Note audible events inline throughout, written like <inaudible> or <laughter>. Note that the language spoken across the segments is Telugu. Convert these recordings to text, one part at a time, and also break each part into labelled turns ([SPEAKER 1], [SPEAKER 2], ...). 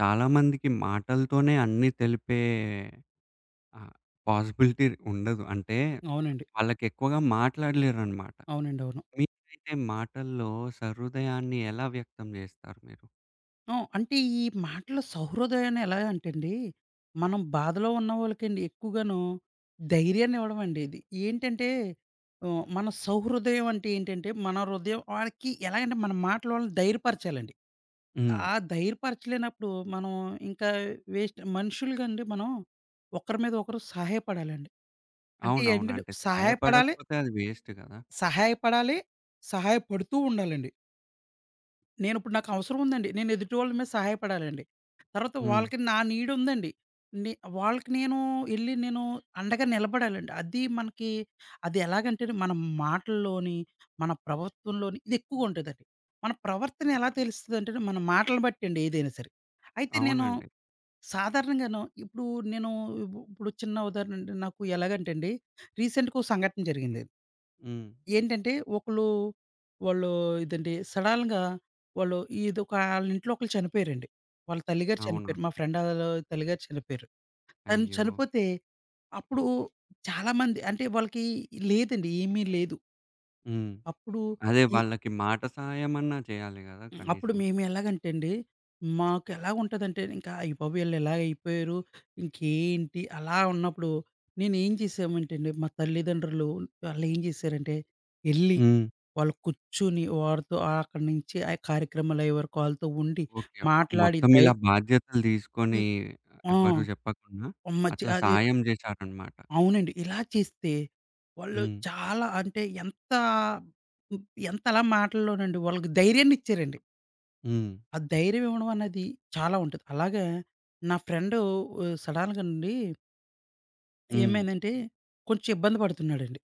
[SPEAKER 1] చాలా మందికి మాటలతోనే అన్నీ తెలిపే ఆహ్, పాసిబిలిటీ ఉండదు. అంటే
[SPEAKER 2] అవునండి.
[SPEAKER 1] వాళ్ళకెక్కువగా మాట్లాడలేరనమాట.
[SPEAKER 2] అవునండి. అవును.
[SPEAKER 1] మీరైతే మాటల్లో సహృదయాన్ని ఎలా వ్యక్తం జేస్తారు మీరు?
[SPEAKER 2] అంటే ఈ మాటల సహృదయాన్ని ఎలా అంటేండి, మనం బాధలో ఉన్న వాళ్ళకండి ఎక్కువగాను ధైర్యాన్ని ఇవ్వడం అండి ఇది. ఏంటంటే మన సౌహృదయం అంటే ఏంటంటే, మన హృదయం వాళ్ళకి ఎలాగంటే మన మాటల వాళ్ళని ధైర్యపరచాలండి.
[SPEAKER 1] హ్మ్.
[SPEAKER 2] ఆ ధైర్యపరచలేనప్పుడు మనం ఇంకా వేస్ట్ మనుషులుగా అండి మనం ఒకరి మీద ఒకరు సహాయపడాలండి. అంటే
[SPEAKER 1] అవునవును.
[SPEAKER 2] ఏంటంటే
[SPEAKER 1] అంటే
[SPEAKER 2] సహాయపడాలి,
[SPEAKER 1] సాయపడకపోతే అది వేస్ట్ గదా!
[SPEAKER 2] సహాయపడాలి, సహాయపడుతూ ఉండాలండి. నేనిప్పుడు నాకవసరం ఉందండి. నేను ఎదుటి వాళ్ళ మీద సహాయపడాలండి. తర్వాత
[SPEAKER 1] హ్మ్.
[SPEAKER 2] వాళ్ళకి నా నీడుందండి. నే వాళ్ళకి ఎళ్లి నేను అండగా నిలబడాలండి. అది ఎలాగంటే మన మాటల్లోని, మన ప్రవర్తనలోని ఇది ఎక్కువగుంటదండి. మన ప్రవర్తన ఎలా తెలుస్తదంటే మన మాటలను బట్టండి ఏదైనా సరే. అయితే
[SPEAKER 1] అవునండి.
[SPEAKER 2] సాధారణంగాను నేను ఇప్పుడు చిన్న ఉదాహరణ అండి నాకు ఎలాగంటే అండి రీసెంట్‌గా ఓ సంఘటన జరిగింది.
[SPEAKER 1] హ్మ్.
[SPEAKER 2] ఏంటంటే ఒకళ్ళు వాళ్ళు ఇదండి సడన్‌గా వాళ్ళు ఇదొక ఆళ్ళింట్లో ఒకళ్ళు చనిపోయారండి. వాళ్ళ తల్లిగారు
[SPEAKER 1] అవునా?
[SPEAKER 2] చనిపోయారు. మా ఫ్రెండ్ ఆళ్ళ తల్లిగారు చనిపోయారు. తను
[SPEAKER 1] అయ్యో!
[SPEAKER 2] చనిపోతే అప్పుడు చాలామంది అంటే వాళ్ళకి లేదండి. ఏమీ లేదు.
[SPEAKER 1] హ్మ్.
[SPEAKER 2] అప్పుడు
[SPEAKER 1] అదే
[SPEAKER 2] ఈ
[SPEAKER 1] వాళ్ళకి మాట సహాయమన్నా చేయాలి గదా!
[SPEAKER 2] అప్పుడు
[SPEAKER 1] కనీసం.
[SPEAKER 2] మేము ఎలాగంటే అండి, మాకు ఎలాగుంటదంటే ఇంకా అయ్య బాబోయ్! ఈళ్ళు ఇలా అయిపోయారు. ఇంకేంటి అలా ఉన్నప్పుడు నేనేం చేసామంటే అండి, మా తల్లిదండ్రులు వాళ్ళేం చేశారంటే ఎళ్లి
[SPEAKER 1] హ్మ్.
[SPEAKER 2] వాళ్ళు కూర్చొని వారితో అక్కడి నుంచి ఆ కార్యక్రమాలయ్యే వరకు ఆళ్ళతో ఉండి,
[SPEAKER 1] ఓకే.
[SPEAKER 2] మాట్లాడి
[SPEAKER 1] మొత్తం
[SPEAKER 2] దై
[SPEAKER 1] ఇలా బాధ్యతలు తీసుకొని
[SPEAKER 2] హ్మ్. ఆ!
[SPEAKER 1] ఎవరు జెప్పకుండా
[SPEAKER 2] మంచి
[SPEAKER 1] అట్లా
[SPEAKER 2] అది
[SPEAKER 1] సాయం జేశారనమాట.
[SPEAKER 2] అవునండి. ఇలా చేస్తే వాళ్ళు
[SPEAKER 1] హ్మ్.
[SPEAKER 2] చాలా అంటే ఎంత హ్మ్, ఎంత అలా మాటల్లోనండి వాళ్ళకి ధైర్యాన్నిచ్చారండి.
[SPEAKER 1] హ్మ్.
[SPEAKER 2] ఆ ధైర్యం ఇవ్వడం అన్నది చాలా ఉంటది. అలాగే నా ఫ్రెండు సడెన్‌గానండి
[SPEAKER 1] హ్మ్.
[SPEAKER 2] ఏమైందంటే కొంచెం ఇబ్బంది పడుతున్నాడండి.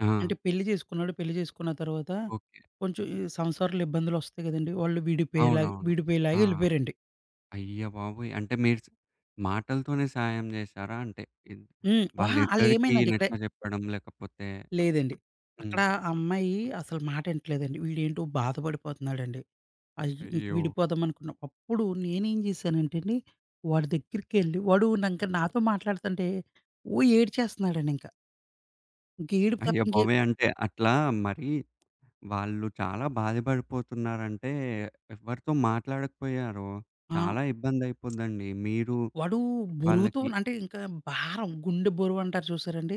[SPEAKER 1] ఆ!
[SPEAKER 2] అంటే పెళ్లి చేసుకున్నాడు. పెళ్లి చేసుకున్న తర్వాత
[SPEAKER 1] ఓకే.
[SPEAKER 2] కొంచెం ఈ సంసారంలో ఇబ్బందులొస్తాయి గదండీ! వాళ్ళు విడిపోయేలాగా
[SPEAKER 1] అవునవును. ఆ!
[SPEAKER 2] విడిపోయేలాగా ఎళ్ళిపోయారండి.
[SPEAKER 1] అయ్య బాబోయ్! అంటే మీరు మాటలతోనే సాయం చేశారా అంటే? ఇద్
[SPEAKER 2] హ్మ్. ఓహా!
[SPEAKER 1] వాళ్ళిద్దరికీ
[SPEAKER 2] ఆళ్ళేమైందండి ఇక్కడే
[SPEAKER 1] నచ్చజెప్పడం లేకపోతే
[SPEAKER 2] లేదండి. అక్కడ
[SPEAKER 1] హ్మ్.
[SPEAKER 2] ఆ అమ్మాయి అసలు మాట ఇంటలేదండి. వీడేంటో బాధపడిపోతున్నాడండి. అయ్ ఇంక
[SPEAKER 1] అయ్యో!
[SPEAKER 2] విడిపోదాం అనుకున్నాం. అప్పుడు నేనేం చేశానంటే అండి, వాడి దగ్గరికెళ్ళి వాడు నంక నాతో మాట్లాడుతుంటే ఓ ఏడ్చేస్తున్నాడండి ఇంక. ఇంక ఏడుపు తప్ప
[SPEAKER 1] అయ్య
[SPEAKER 2] ఇంకే
[SPEAKER 1] బాబోయ్! అంటే అట్లా మరి వాళ్ళు చాలా బాధపడిపోతున్నారంటే ఎవరితో మాట్లాడకపోయారో
[SPEAKER 2] ఆ!
[SPEAKER 1] చాలా ఇబ్బందయిపోద్దండి. మీరు
[SPEAKER 2] వాడు బరువుతో
[SPEAKER 1] వాళ్ళకి
[SPEAKER 2] అంటే ఇంకా భారం గుండె బరువు అంటారు చూసారండి.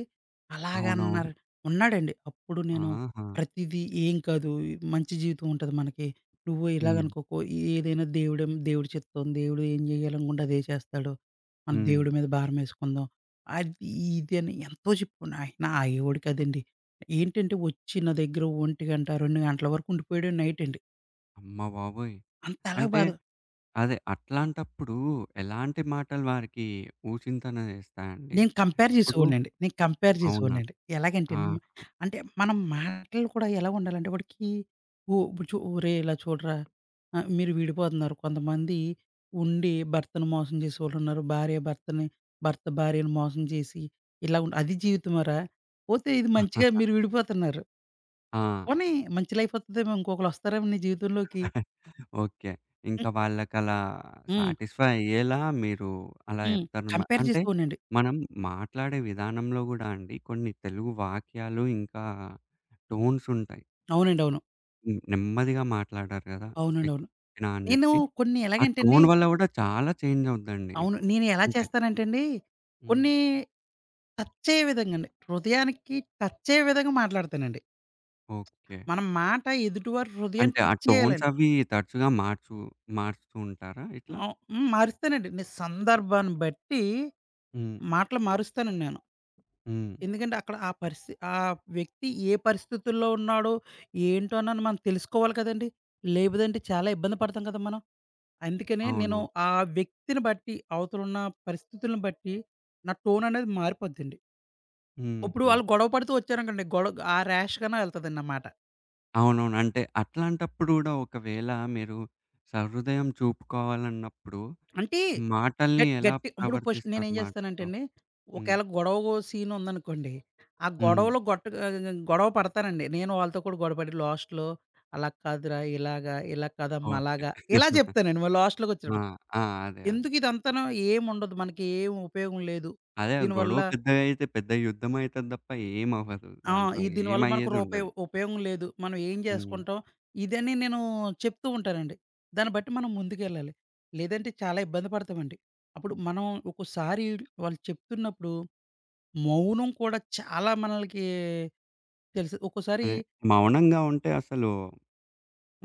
[SPEAKER 1] అవునవును.
[SPEAKER 2] అలాగన్నారు ఉన్నాడండి. అప్పుడు నేను
[SPEAKER 1] ఆహా!
[SPEAKER 2] ప్రతిదీ "ఏం కాదు మంచి జీవితం ఉంటది మనకి. నువ్వు
[SPEAKER 1] హ్మ్.
[SPEAKER 2] ఇలాగనుకోకు. ఏదైనా దేవుడే దేవుడి చిత్తం. దేవుడు ఏం చేయాలనుకుంటే అదే చేస్తాడు. మన
[SPEAKER 1] హ్మ్.
[SPEAKER 2] దేవుడి మీద భారమేసుకుందాం." అది ఇది అని ఎంతో చెప్పుకున్నా. ఆయన ఆగేవాడు కాదండి. ఏంటంటే వచ్చి నా దగ్గర ఒంటి గంట, 2 గంటల వరకు ఉండిపోయాడు నైట్ అండి.
[SPEAKER 1] అమ్మ బాబోయ్!
[SPEAKER 2] అంతలా
[SPEAKER 1] అంటే
[SPEAKER 2] బాధ
[SPEAKER 1] అదే. అట్లాంటప్పుడు ఎలాంటి మాటలు వారికి ఊచింతన చేస్తాయండి? ఇప్పుడు
[SPEAKER 2] నేను కంపేర్
[SPEAKER 1] అవునా?
[SPEAKER 2] చేసేవాడినండి. ఎలాగంటే
[SPEAKER 1] ఆ!
[SPEAKER 2] మ- అంటే మనం మాటలు కూడా ఎలా ఉండాలంటే వాడికి ఓ చు "ఒరేయ్! ఇలా చూడరా మీరు విడిపోతున్నారు. కొంతమంది ఉండి భర్తను మోసం చేసేవాళ్ళున్నారు. భార్య భర్తని, భర్త భార్యను మోసం చేసి ఇలా ఉండి అది జీవితమారా? పోతే ఇది మంచిగా మీరు
[SPEAKER 1] <laughs>
[SPEAKER 2] విడిపోతున్నారు.
[SPEAKER 1] ఆ!
[SPEAKER 2] పోనీ మంచి లైఫ్ వత్తదేమో ఇంకొకళ్ళొస్తారేమో నీ జీవితంలోకి"
[SPEAKER 1] <laughs> ఓకే.
[SPEAKER 2] హ్మ్.
[SPEAKER 1] ఇంకా వాళ్ళకలా
[SPEAKER 2] హ్మ్.
[SPEAKER 1] సాటిస్ఫై అయ్యేలా మీరు అలా
[SPEAKER 2] హ్మ్.
[SPEAKER 1] చెప్తారనమాట.
[SPEAKER 2] కంపేర్
[SPEAKER 1] అంటే
[SPEAKER 2] చేసేవాడినండి.
[SPEAKER 1] మనం మాట్లాడే విధానంలో గూడా అండి కొన్ని తెలుగు వాక్యాలు ఇంకా టోన్స్ ఉంటాయి.
[SPEAKER 2] అవునండి. అవును.
[SPEAKER 1] హ్మ్. నెమ్మదిగా మాట్లాడారు గదా!
[SPEAKER 2] అవునండి. అవును.
[SPEAKER 1] ఎక్కినా అని
[SPEAKER 2] నేను
[SPEAKER 1] జెప్పి.
[SPEAKER 2] కొన్ని
[SPEAKER 1] ఆ
[SPEAKER 2] ఎలాగంటే అండి
[SPEAKER 1] టోన్ వల్ల గూడా చాలా చేంజ్ అవుద్దండి.
[SPEAKER 2] అవును. నేను ఎలా
[SPEAKER 1] అంటే
[SPEAKER 2] చేస్తానంటే అండి,
[SPEAKER 1] హ్మ్.
[SPEAKER 2] కొన్ని టచ్చయ్యే విధంగండి. హృదయానికి టచ్చయ్యే విధంగా మాట్లాడతానండి.
[SPEAKER 1] ఓకే.
[SPEAKER 2] మన మాట ఎదుటివారి హృదయాన్ని
[SPEAKER 1] అంటే ఆ
[SPEAKER 2] టచ్
[SPEAKER 1] టోన్స్
[SPEAKER 2] చేయాలండి.
[SPEAKER 1] అవి తరచుగా మారుస్తూ ఉంటారా ఇట్లా?
[SPEAKER 2] హ్మ్. మారుస్తానండి. నేను సందర్భాన్ని బట్టి
[SPEAKER 1] హ్మ్.
[SPEAKER 2] మాటలు మారుస్తానండి నేను.
[SPEAKER 1] హ్మ్.
[SPEAKER 2] ఎందుకంటే అక్కడ ఆ పరిస్థి ఆ వ్యక్తి ఏ పరిస్థితుల్లో ఉన్నాడో, ఏంటో అన్నది మనం తెలుసుకోవాలి కదండీ! లేదంటే చాలా ఇబ్బంది పడతాం కదా మనం. అందుకనే
[SPEAKER 1] అవును.
[SPEAKER 2] నేను ఆ వ్యక్తిని బట్టి, అవతలున్న పరిస్థితులను బట్టి, నా టోన్ అనేది మారిపోద్దండి. ఇప్పుడు
[SPEAKER 1] హుహు.
[SPEAKER 2] వాళ్ళు గొడవ పడుతూ వచ్చారనుకోండి. గొడవ ఆ ర్యాష్ గానే వెళ్తదండి ఆ మాట.
[SPEAKER 1] అవునవును. అంటే అట్లాంటప్పుడు గూడా ఒకవేళ మీరు సహృదయం చూపుకోవాలన్నప్పుడు
[SPEAKER 2] అంటే
[SPEAKER 1] మాటల్ని
[SPEAKER 2] గట్
[SPEAKER 1] ఎలా
[SPEAKER 2] గట్టి ఇప్పుడు ఫస్ట్
[SPEAKER 1] ప్రవర్తిస్తారు
[SPEAKER 2] నేనేం చేస్తానంటే
[SPEAKER 1] మాటలతో?
[SPEAKER 2] అండి,
[SPEAKER 1] హ్మ్.
[SPEAKER 2] ఒకవేళ గొడవ సీన్ ఉందనుకోండి, ఆ
[SPEAKER 1] హ్మ్.
[SPEAKER 2] గొడవలో గొట్ట గొడవ పడతానండి. నేను వాళ్ళతో కూడా గొడవపడి లాస్ట్‌లో అలా కాదురా, ఇలాగా, ఇలా కాదమ్మా
[SPEAKER 1] ఓకే.
[SPEAKER 2] అలాగా, ఇలా చెప్తానండి. మరి
[SPEAKER 1] ఆ!
[SPEAKER 2] లాస్ట్‌లోకొచ్చేటప్పటికి.
[SPEAKER 1] ఆ! అదే.
[SPEAKER 2] ఎందుకు ఇదంతాను ఏముండదు. మనకి ఏం ఉపయోగం లేదు.
[SPEAKER 1] అదే గొడవ
[SPEAKER 2] దీనివల్ల
[SPEAKER 1] పెద్దగైతే పెద్ద యుద్ధమయితది తప్ప ఏమవ్వదు.
[SPEAKER 2] ఆ!
[SPEAKER 1] దాంట్లో
[SPEAKER 2] ఈ దీనివల్ల మనకు రూపాయి
[SPEAKER 1] ఏమయ్యేదుండదు.
[SPEAKER 2] ఉపయోగం లేదు. మనం ఏం
[SPEAKER 1] హ్మ్.
[SPEAKER 2] చేసుకుంటాం? ఇదని నేను చెప్తూ ఉంటానండి. దాన్ని బట్టి మనం ముందుకెళ్ళాలి. లేదంటే చాలా ఇబ్బంది పడతామండి. అప్పుడు మనం ఒక్కోసారి వాళ్ళు చెప్తున్నప్పుడు మౌనం కూడా చాలా మనలకి తెలుసు. ఒక్కోసారి
[SPEAKER 1] అదే మౌనంగా ఉంటే అసలు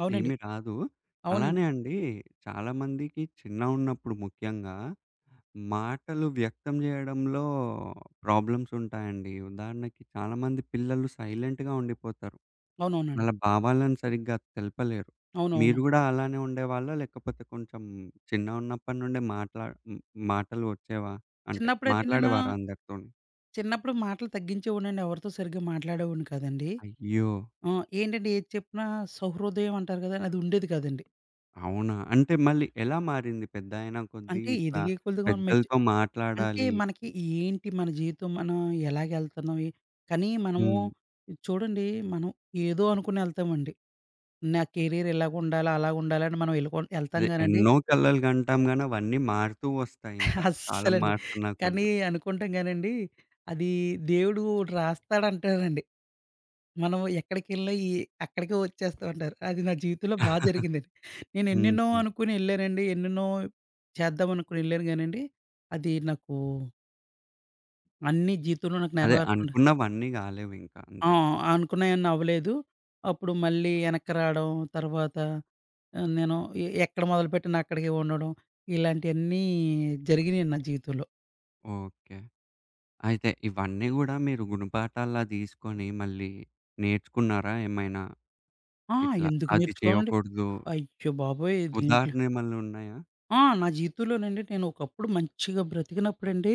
[SPEAKER 2] అవునండి.
[SPEAKER 1] ఏమి రాదు.
[SPEAKER 2] అవునండి.
[SPEAKER 1] అలానే అండి చాలామందికి చిన్నగున్నప్పుడు ముఖ్యంగా మాటలు వ్యక్తం జేయడంలో ప్రాబ్లమ్స్ ఉంటాయండి. ఉదాహరణకి చాలామంది పిల్లలు సైలెంట్‌గా ఉండిపోతారు.
[SPEAKER 2] అవునవునండి.
[SPEAKER 1] వాళ్ళ భావాలను సరిగ్గా తెలపలేరు. మీరు
[SPEAKER 2] అవునవును.
[SPEAKER 1] గూడా అలానే ఉండేవాళ్ళా? లేకపోతే కొంచెం చిన్నగున్నప్పటి నుండే మాటలు వచ్చేవా? అంటే
[SPEAKER 2] చిన్నప్పుడైతే నేను
[SPEAKER 1] మాట్లాడేవారా అందరితోని?
[SPEAKER 2] చిన్నప్పుడు మాటలు తగ్గించేవాడినండి. ఎవరితో సరిగ్గా మాట్లాడేవాడిని కాదండి.
[SPEAKER 1] అయ్యో!
[SPEAKER 2] ఆ! ఏంటంటే ఏది చెప్పినా సహృదయం అంటారు కదా! అది ఉండేది కాదండి.
[SPEAKER 1] అవునా? అంటే మళ్ళీ ఎలా మారింది పెద్దాయిన కొద్దీ
[SPEAKER 2] అంటే
[SPEAKER 1] ఇట్లా
[SPEAKER 2] ఎదిగే కొలది మనం మె
[SPEAKER 1] పెద్దలతో
[SPEAKER 2] అంటే
[SPEAKER 1] మాట్లాడాలి?
[SPEAKER 2] మనకి ఏంటి మన జీవితం? మనం ఎలాగెళ్తున్నాం? ఎ కానీ మనము
[SPEAKER 1] హ్మ్.
[SPEAKER 2] చూడండి మనం ఏదో అనుకుని ఎళ్తామండి. నా కెరీర్ ఇలాగుండాలి, అలాగుండాలి అని మనం ఎళ్ళుకొ ఎళ్తాం
[SPEAKER 1] అదే
[SPEAKER 2] గానండి
[SPEAKER 1] ఎన్నో కలలు కంటాం గానీ, అవన్నీ మారుతూ వస్తాయింక.
[SPEAKER 2] <laughs>
[SPEAKER 1] కాలం
[SPEAKER 2] అస్సలండి.
[SPEAKER 1] మారుతున్న
[SPEAKER 2] కానీ
[SPEAKER 1] కొద్దీ.
[SPEAKER 2] అనుకుంటాం గానండి అది దేవుడు ఓటి రాస్తాడంటారండి. మనం ఎక్కడికెళ్ళినా ఈ అక్కడికే వచ్చేస్తామంటారు. అది నా జీవితంలో బా జరిగిందండి. నేను ఎన్నెన్నో
[SPEAKER 1] హుహు.
[SPEAKER 2] అనుకుని ఎళ్ళానండి. ఎన్నెన్నో చేద్దాం అనుకుని ఎళ్ళాను గానండి. అది నాకు అన్నీ జీవితంలో నాకు
[SPEAKER 1] అదే
[SPEAKER 2] నెరవేరకుండా
[SPEAKER 1] అనుకున్నవన్నీ గాలేవింక
[SPEAKER 2] ఆ!
[SPEAKER 1] అంతే.
[SPEAKER 2] అనుకున్నయన్నీ అవ్వలేదు. అప్పుడు మళ్ళీ ఎనక్కి రావడం, తర్వాత నేను ఎ ఎక్కడ మొదలుపెట్టినా అక్కడికే ఉండడం, ఇలాంటియన్నీ జరిగినియి నా జీవితంలో.
[SPEAKER 1] ఓకే. అయితే ఇవన్నీ గూడా మీరు గుణపాఠాల్లా తీసుకొని మళ్ళీ నేర్చుకున్నారా ఏమైనా?
[SPEAKER 2] ఆ!
[SPEAKER 1] ఇట్లా
[SPEAKER 2] ఎందుకు
[SPEAKER 1] అది
[SPEAKER 2] నేర్చుకోనండి.
[SPEAKER 1] చేయకూడదు.
[SPEAKER 2] అయ్య బాబోయ్! దీంట్లో
[SPEAKER 1] ఉదాహరణ ఏమన్నా ఉన్నాయా?
[SPEAKER 2] ఆ! నా జీవితంలోనండి నేను ఒకప్పుడు మంచిగా బ్రతికినప్పుడండి,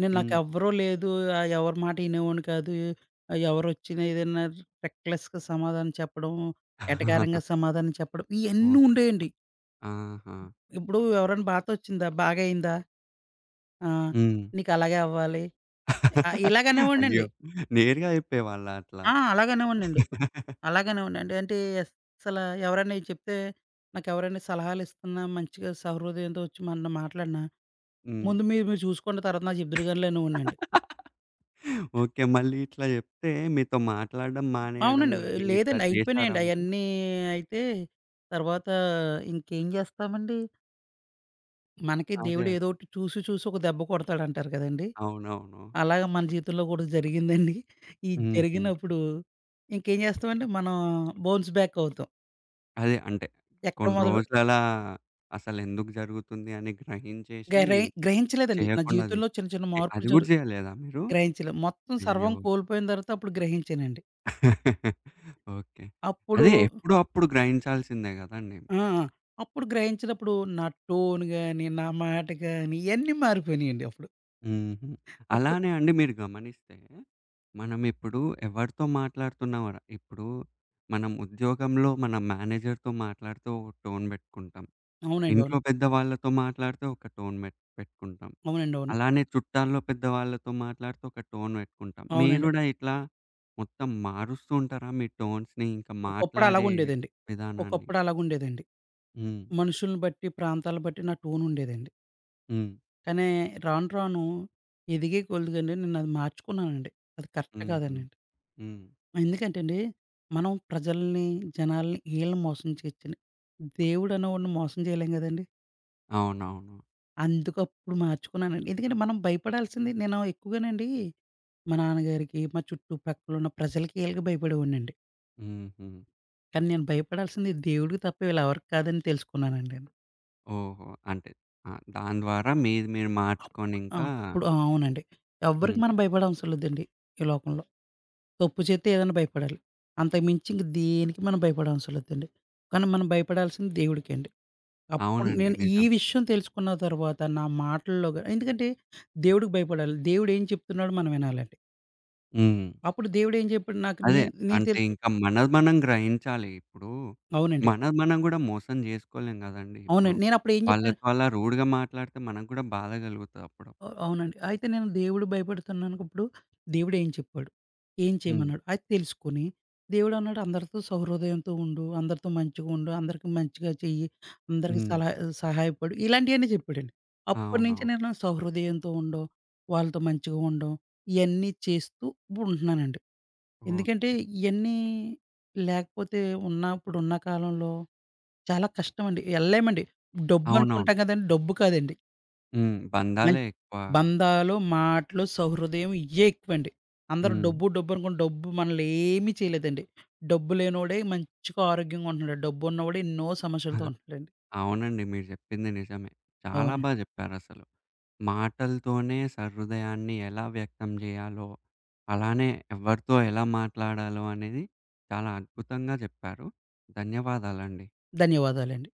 [SPEAKER 2] నేను
[SPEAKER 1] హ్మ్.
[SPEAKER 2] నాకెవ్వరు లేదు, ఎవరి మాట ఇనేవాడిని కాదు, ఎవరొచ్చినా ఏదైనా రెక్లెస్‌గా సమాధానం చెప్పడం, ఎటకారంగా
[SPEAKER 1] <laughs>
[SPEAKER 2] సమాధానం చెప్పడం, ఇయన్నీ
[SPEAKER 1] ఓకే.
[SPEAKER 2] ఉండేయండి.
[SPEAKER 1] ఆహా!
[SPEAKER 2] ఇప్పుడు ఎవరైనా బాధొచ్చిందా? బాగయిందా? ఆ!
[SPEAKER 1] హ్మ్.
[SPEAKER 2] "నీకలాగే అవ్వాలి."
[SPEAKER 1] <laughs> అయ్యో!
[SPEAKER 2] ఇలాగనేవాడినండి.
[SPEAKER 1] నేరుగా చెప్పేవాళ్ళా అట్లా?
[SPEAKER 2] ఆ! అలాగనేవాడినండి. అలాగనేవాడినండి. అంటే అస్సల ఎవరైనా ఇది చెప్తే నాకెవరైనా సలహాలిస్తున్నా, మంచిగా సహృదయంతో వచ్చి మనతో మాట్లాడినా,
[SPEAKER 1] హ్మ్.
[SPEAKER 2] "ముందు మీరు మీరు చూసుకోండి తర్వాత నాకు చెప్దురు గానిలే" అనేవాడినండి.
[SPEAKER 1] <laughs> ఓకే. మళ్ళీ ఇట్లా జెప్తే మీతో మాట్లాడడం మానేయడం
[SPEAKER 2] అవునండి.
[SPEAKER 1] గాని ఇట్లా
[SPEAKER 2] లేదండి
[SPEAKER 1] చేశారా
[SPEAKER 2] అయిపోయినాయండి
[SPEAKER 1] మళ్ళీ?
[SPEAKER 2] అయన్నీ అయితే తర్వాత ఇంకేం జేస్తామండి. మనకి
[SPEAKER 1] అదే.
[SPEAKER 2] దేవుడు ఏదోకటి చూసి చూసి ఒక దెబ్బ కొడతాడంటారు కదండీ!
[SPEAKER 1] అవునవును.
[SPEAKER 2] అలాగా మన జీవితంలో కూడా జరిగిందండి. ఈ
[SPEAKER 1] హుహు.
[SPEAKER 2] జరిగినప్పుడు ఇంకేం చేస్తామంటే మనం బౌన్స్ బ్యాక్ అవుతాం.
[SPEAKER 1] అదే అంటే
[SPEAKER 2] ఎక్కడ
[SPEAKER 1] కొన్ని
[SPEAKER 2] మొదలు
[SPEAKER 1] రోజులలా అసలెందుకు జరుగుతుంది అని గ్రహించేసి
[SPEAKER 2] గ్రహి గ్రహించలేదండి. నా
[SPEAKER 1] చేయకుండా
[SPEAKER 2] జీవితంలో
[SPEAKER 1] జూస్
[SPEAKER 2] చిన్న చిన్న మార్పులు
[SPEAKER 1] అది గూడా
[SPEAKER 2] జరు
[SPEAKER 1] జేయలేదా మీరు?
[SPEAKER 2] గ్రహించలేదు. మొత్తం
[SPEAKER 1] అయ్యో!
[SPEAKER 2] సర్వం కోల్పోయిన తర్వాత అప్పుడు గ్రహించానండి.
[SPEAKER 1] <laughs> ఓకే.
[SPEAKER 2] అప్పుడు
[SPEAKER 1] అదే ఎప్పుడో అప్పుడు గ్రహించాల్సిందే గదండీ!
[SPEAKER 2] ఆ! అప్పుడు గ్రహించినప్పుడు నా టోన్ గాని, నా మాట గాని ఇయన్నీ మారిపోయినాయండి అప్పుడు.
[SPEAKER 1] హుహు.
[SPEAKER 2] అప్పుడు
[SPEAKER 1] అలానే అండి మీరు గమనిస్తే, మనమిప్పుడు ఎవరితో మాట్లాడుతున్నాం ఇప్పుడు మనం ఉద్యోగంలో మన మేనేజర్‌తో మాట్లాడితే ఒక టోన్ పెట్టుకుంటాం.
[SPEAKER 2] అవునండి.
[SPEAKER 1] ఇంట్లో
[SPEAKER 2] అవును.
[SPEAKER 1] పెద్దవాళ్ళతో మాట్లాడితే ఒక టోన్ పెట్టుకుంటాం.
[SPEAKER 2] అవునండి. అవును.
[SPEAKER 1] అలానే చుట్టాల్లో పెద్దవాళ్ళతో మాట్లాడితే ఒక టోన్ పెట్టుకుంటాం. మీరు
[SPEAKER 2] అవునండి.
[SPEAKER 1] గూడా ఇట్లా మొత్తం మారుస్తూ ఉంటారా మీ టోన్స్‌ని ఇంకా
[SPEAKER 2] ఒకప్పుడు
[SPEAKER 1] మాట్లాడే
[SPEAKER 2] అలాగుండేదండి.
[SPEAKER 1] విధానాన్ని?
[SPEAKER 2] ఒకప్పుడు అలాగుండేదండి.
[SPEAKER 1] హ్మ్.
[SPEAKER 2] మనుషుల్ని బట్టి, ప్రాంతాలను బట్టి నా టోన్ ఉండేదండి.
[SPEAKER 1] హ్మ్.
[SPEAKER 2] కానీ రాను రాను ఎదిగే కొలుదుకండి నేనది మార్చుకున్నానండి. అది కరెక్ట్
[SPEAKER 1] హుహు.
[SPEAKER 2] కాదనండి.
[SPEAKER 1] హ్మ్.
[SPEAKER 2] ఎందుకంటే అండి, మనం ప్రజల్ని, జనాల్ని ఈళ్ళని మోసం చేయొచ్చండి. దేవుడనేవాడిని మోసం చేయలేం గదండీ!
[SPEAKER 1] అవునవును.
[SPEAKER 2] అందుకు అప్పుడు మార్చుకున్నానండి. ఎందుకంటే మనం భయపడాల్సింది నేను ఎక్కువగానండి మా నాన్నగారికి, మా చుట్టుపక్కలున్న ప్రజలకి ఈళ్ళకి భయపడేవాడినండి.
[SPEAKER 1] హుహు.
[SPEAKER 2] కానీ నేను భయపడాల్సింది దేవుడికి తప్ప వీళ్ళెవరికి కాదని తెలుసుకున్నానండి నేను.
[SPEAKER 1] ఓహో! అంటే ఆ! దాని ద్వారా మీది మీరు
[SPEAKER 2] అప్పుడు
[SPEAKER 1] మార్చుకొనింకా
[SPEAKER 2] అప్పుడు అవునండి. ఎవ్వరికి
[SPEAKER 1] హ్మ్.
[SPEAKER 2] మనం భయపడే అవసరం లేదండి ఈ లోకంలో. తప్పు చేస్తే ఏదైనా భయపడాలి. అంతకుమించి ఇంక దేనికి మనం భయపడవసరలేదండి. కానీ మనం భయపడాల్సింది దేవుడికండి. అప్పుడు
[SPEAKER 1] అవునండి.
[SPEAKER 2] నేను ఈ
[SPEAKER 1] నిజం.
[SPEAKER 2] విషయం తెలుసుకున్న తర్వాత నా మాటల్లో గా ఎందుకంటే దేవుడికి భయపడాలి. దేవుడు ఏం చెప్తున్నాడో మనం వినాలండి.
[SPEAKER 1] హ్మ్.
[SPEAKER 2] అప్పుడు దేవుడు ఏం చెప్పాడు నాకు
[SPEAKER 1] అదే.
[SPEAKER 2] నేను నేను
[SPEAKER 1] అంటే
[SPEAKER 2] తెలుసుకు
[SPEAKER 1] ఇంకా మనది మనం గ్రహించాలి. ఇప్పుడు
[SPEAKER 2] అవునండి.
[SPEAKER 1] మనది మనం గూడా మోసం జేసుకోలేం గదండీ! ఇప్పుడు
[SPEAKER 2] అవునండి. నేనప్పుడు ఏం చెప్పాను
[SPEAKER 1] వాళ్ళతో అలా రూడ్‌గా మాట్లాడితే మనకు గూడా బాధ గలుగుతది అప్పుడప్పుడు.
[SPEAKER 2] అవునండి. అయితే నేను దేవుడు భయపడుతున్నానప్పుడు దేవుడేం చెప్పాడు? ఏం
[SPEAKER 1] హ్మ్.
[SPEAKER 2] చేయమన్నాడు? అది తెలుసుకొని దేవుడన్నాడు అందరితో సౌహృదయంతో ఉండు, అందరితో మంచిగా ఉండు, అందరికి మంచిగా చెయ్యి, అందరికి
[SPEAKER 1] హ్మ్.
[SPEAKER 2] సలహా సహాయపడు ఇలాంటియన్నీ చెప్పాడండి. అప్పటినుంచి
[SPEAKER 1] అవునవును.
[SPEAKER 2] నేను సౌహృదయంతో ఉండడం, వాళ్ళతో మంచిగా ఉండడం ఇయన్నీ చేస్తూ ఇప్పుడు ఉంటున్నానండి.
[SPEAKER 1] ఓహ్!
[SPEAKER 2] ఎందుకంటే ఇయన్నీ లేకపోతే ఇప్పుడున్న కాలంలో చాలా కష్టమండి. ఎళ్ళలేమండి. డబ్బు
[SPEAKER 1] అవునవును.
[SPEAKER 2] అనుకుంటాం కదండీ! డబ్బు కాదండి.
[SPEAKER 1] హ్మ్. బంధాలే
[SPEAKER 2] మంచి
[SPEAKER 1] ఎక్కువ
[SPEAKER 2] బంధాలు, మాటలు, సౌహృదయం ఇయ్యే ఎక్కువండి. అందరూ
[SPEAKER 1] హ్మ్.
[SPEAKER 2] డబ్బు, డబ్బు అనుకుని డబ్బు మనల్ని ఏమీ చేయలేదండి. డబ్బు లేనోడే మంచిగా ఆరోగ్యంగా ఉంటున్నాడు. డబ్బున్నోడు ఎన్నో సమస్యలతో
[SPEAKER 1] <laughs>
[SPEAKER 2] ఉంటున్నాడండి.
[SPEAKER 1] అవునండి. మీరు జెప్పింది నిజమే. చాలా
[SPEAKER 2] అవును.
[SPEAKER 1] బా జెప్పారసలు. మాటలతోనే సహృదయాన్ని ఎలా వ్యక్తం జేయాలో, అలానే ఎవరితో ఎలా మాట్లాడాలో అనేది చాలా అద్భుతంగా జెప్పారు. ధన్యవాదాలండి.
[SPEAKER 2] ధన్యవాదాలండి.